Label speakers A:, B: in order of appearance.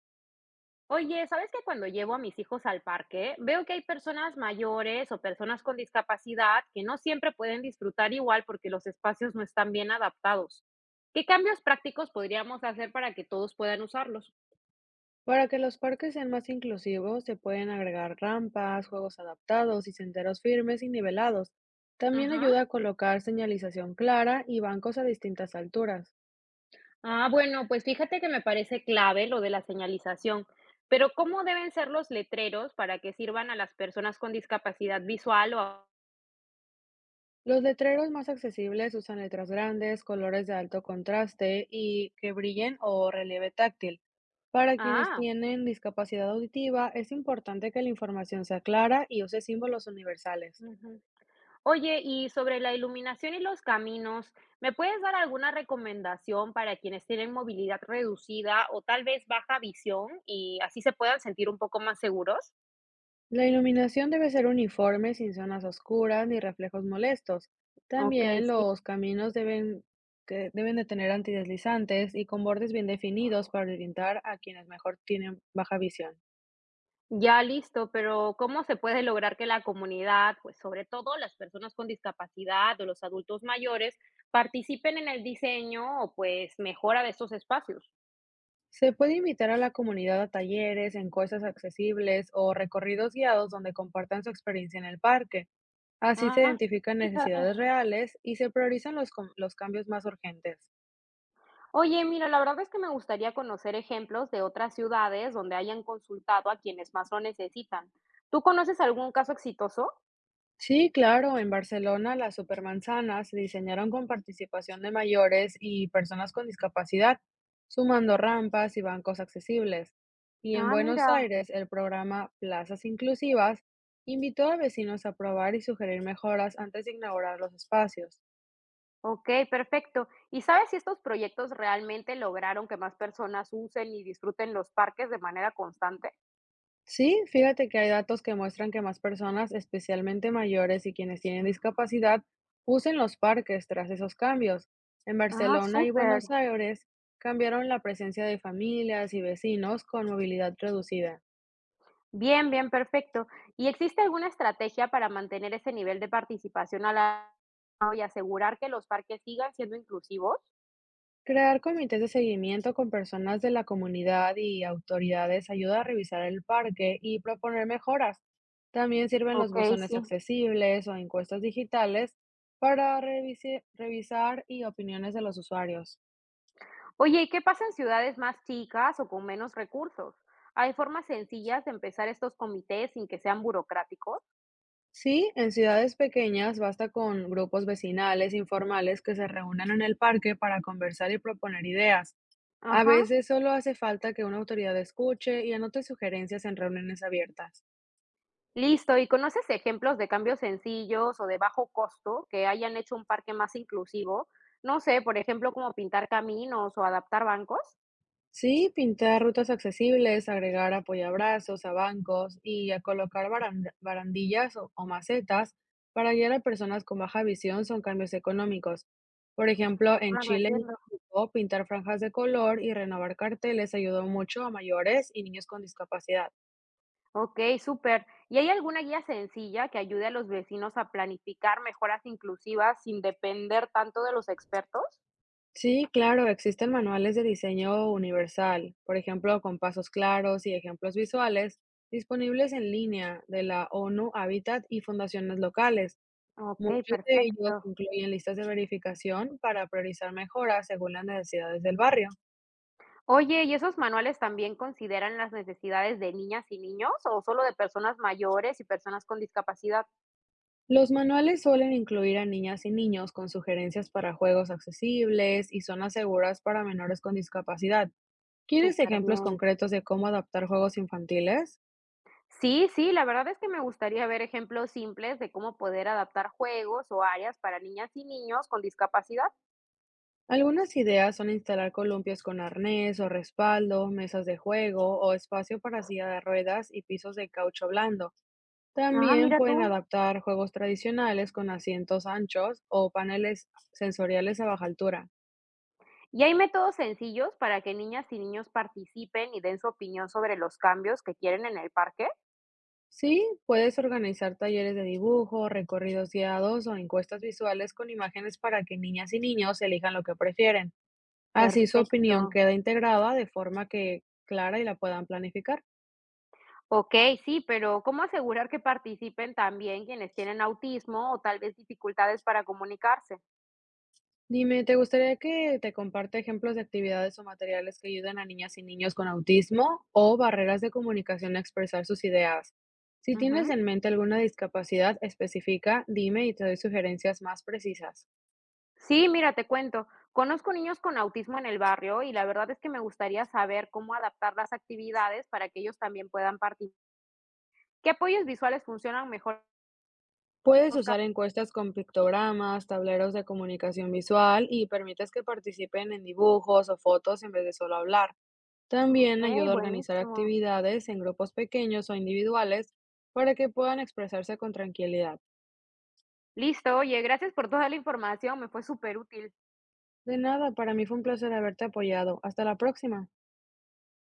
A: Oye, ¿sabes que cuando llevo a mis hijos al parque, veo que hay personas mayores o personas con discapacidad que no siempre pueden disfrutar igual porque los espacios no están bien adaptados? ¿Qué cambios prácticos podríamos hacer para que todos puedan usarlos?
B: Para que los parques sean más inclusivos, se pueden agregar rampas, juegos adaptados y senderos firmes y nivelados. También
A: Ajá.
B: ayuda a colocar señalización clara y bancos a distintas alturas.
A: Bueno, pues fíjate que me parece clave lo de la señalización, pero ¿cómo deben ser los letreros para que sirvan a las personas con discapacidad visual
B: Los letreros más accesibles usan letras grandes, colores de alto contraste y que brillen o relieve táctil. Para quienes
A: Ah,
B: tienen discapacidad auditiva, es importante que la información sea clara y use símbolos universales.
A: ujú? Oye, y sobre la iluminación y los caminos, ¿me puedes dar alguna recomendación para quienes tienen movilidad reducida o tal vez baja visión y así se puedan sentir un poco más seguros?
B: La iluminación debe ser uniforme, sin zonas oscuras ni reflejos molestos.
A: Ok,
B: También
A: sí,
B: los caminos deben, que deben de tener antideslizantes y con bordes bien definidos para orientar a quienes mejor tienen baja visión.
A: ya listo, pero ¿cómo se puede lograr que la comunidad, pues sobre todo las personas con discapacidad o los adultos mayores, participen en el diseño o pues mejora de estos espacios?
B: Se puede invitar a la comunidad a talleres, encuestas accesibles o recorridos guiados donde compartan su experiencia en el parque. Así se
A: Ah,
B: identifican
A: Fíjate.
B: necesidades reales y se priorizan los cambios más urgentes.
A: Oye, mira, la verdad es que me gustaría conocer ejemplos de otras ciudades donde hayan consultado a quienes más lo necesitan. ¿Tú conoces algún caso exitoso?
B: Sí, claro, en Barcelona las supermanzanas se diseñaron con participación de mayores y personas con discapacidad, sumando rampas y bancos accesibles. Y en Buenos
A: Mira,
B: Aires, el programa Plazas Inclusivas invitó a vecinos a probar y sugerir mejoras antes de inaugurar los espacios.
A: ok, perfecto. ¿Y sabes si estos proyectos realmente lograron que más personas usen y disfruten los parques de manera constante?
B: Sí, fíjate que hay datos que muestran que más personas, especialmente mayores y quienes tienen discapacidad, usen los parques tras esos cambios. En Barcelona y
A: Súper.
B: Buenos Aires cambiaron la presencia de familias y vecinos con movilidad reducida.
A: Bien, bien, perfecto. ¿Y existe alguna estrategia para mantener ese nivel de participación a la y asegurar que los parques sigan siendo inclusivos?
B: Crear comités de seguimiento con personas de la comunidad y autoridades ayuda a revisar el parque y proponer mejoras. También sirven los
A: Ok,
B: buzones
A: sí.
B: accesibles o encuestas digitales para revisar y opiniones de los usuarios.
A: Oye, ¿y qué pasa en ciudades más chicas o con menos recursos? ¿Hay formas sencillas de empezar estos comités sin que sean burocráticos?
B: Sí, en ciudades pequeñas basta con grupos vecinales informales que se reúnan en el parque para conversar y proponer ideas. A
A: Ajá.
B: veces solo hace falta que una autoridad escuche y anote sugerencias en reuniones abiertas.
A: Listo. ¿Y conoces ejemplos de cambios sencillos o de bajo costo que hayan hecho un parque más inclusivo? No sé, por ejemplo, como pintar caminos o adaptar bancos.
B: Sí, pintar rutas accesibles, agregar apoyabrazos a bancos y a colocar barandillas o macetas para guiar a personas con baja visión son cambios económicos. Por ejemplo,
A: Esto
B: en
A: claro,
B: Chile, y
A: entiendo.
B: México, pintar franjas de color y renovar carteles ayudó mucho a mayores y niños con discapacidad.
A: Ok, súper. ¿Y hay alguna guía sencilla que ayude a los vecinos a planificar mejoras inclusivas sin depender tanto de los expertos?
B: Sí, claro, existen manuales de diseño universal, por ejemplo, con pasos claros y ejemplos visuales disponibles en línea de la ONU Habitat y fundaciones locales.
A: Ok,
B: Muchos de ellos
A: perfecto.
B: incluyen listas de verificación para priorizar mejoras según las necesidades del barrio.
A: Oye, ¿y esos manuales también consideran las necesidades de niñas y niños o solo de personas mayores y personas con discapacidad?
B: Los manuales suelen incluir a niñas y niños con sugerencias para juegos accesibles y zonas seguras para menores con discapacidad. ¿Quieres
A: Súper
B: ejemplos
A: bien.
B: concretos de cómo adaptar juegos infantiles?
A: Sí, sí, la verdad es que me gustaría ver ejemplos simples de cómo poder adaptar juegos o áreas para niñas y niños con discapacidad.
B: Algunas ideas son instalar columpios con arnés o respaldo, mesas de juego o espacio para silla de ruedas y pisos de caucho blando.
A: Ah,
B: También
A: mira tú.
B: pueden adaptar juegos tradicionales con asientos anchos o paneles sensoriales a baja altura.
A: ¿Y hay métodos sencillos para que niñas y niños participen y den su opinión sobre los cambios que quieren en el parque?
B: Sí, puedes organizar talleres de dibujo, recorridos guiados o encuestas visuales con imágenes para que niñas y niños elijan lo que prefieren. Así su
A: Perfecto.
B: opinión queda integrada de forma que clara y la puedan planificar.
A: Okey, sí, pero ¿cómo asegurar que participen también quienes tienen autismo o tal vez dificultades para comunicarse?
B: Dime, ¿te gustaría que te comparta ejemplos de actividades o materiales que ayudan a niñas y niños con autismo o barreras de comunicación a expresar sus ideas? Si tienes
A: Ujú.
B: en mente alguna discapacidad específica, dime y te doy sugerencias más precisas.
A: Sí, mira, te cuento. Conozco niños con autismo en el barrio y la verdad es que me gustaría saber cómo adaptar las actividades para que ellos también puedan participar. ¿Qué apoyos visuales funcionan mejor?
B: Puedes
A: ¿Oscar?
B: usar encuestas con pictogramas, tableros de comunicación visual y permites que participen en dibujos o fotos en vez de solo hablar. También
A: Ok,
B: ayuda a organizar
A: buenísimo.
B: actividades en grupos pequeños o individuales para que puedan expresarse con tranquilidad.
A: Listo, oye, gracias por toda la información, me fue superútil.
B: De nada, para mí fue un placer haberte apoyado. Hasta la próxima.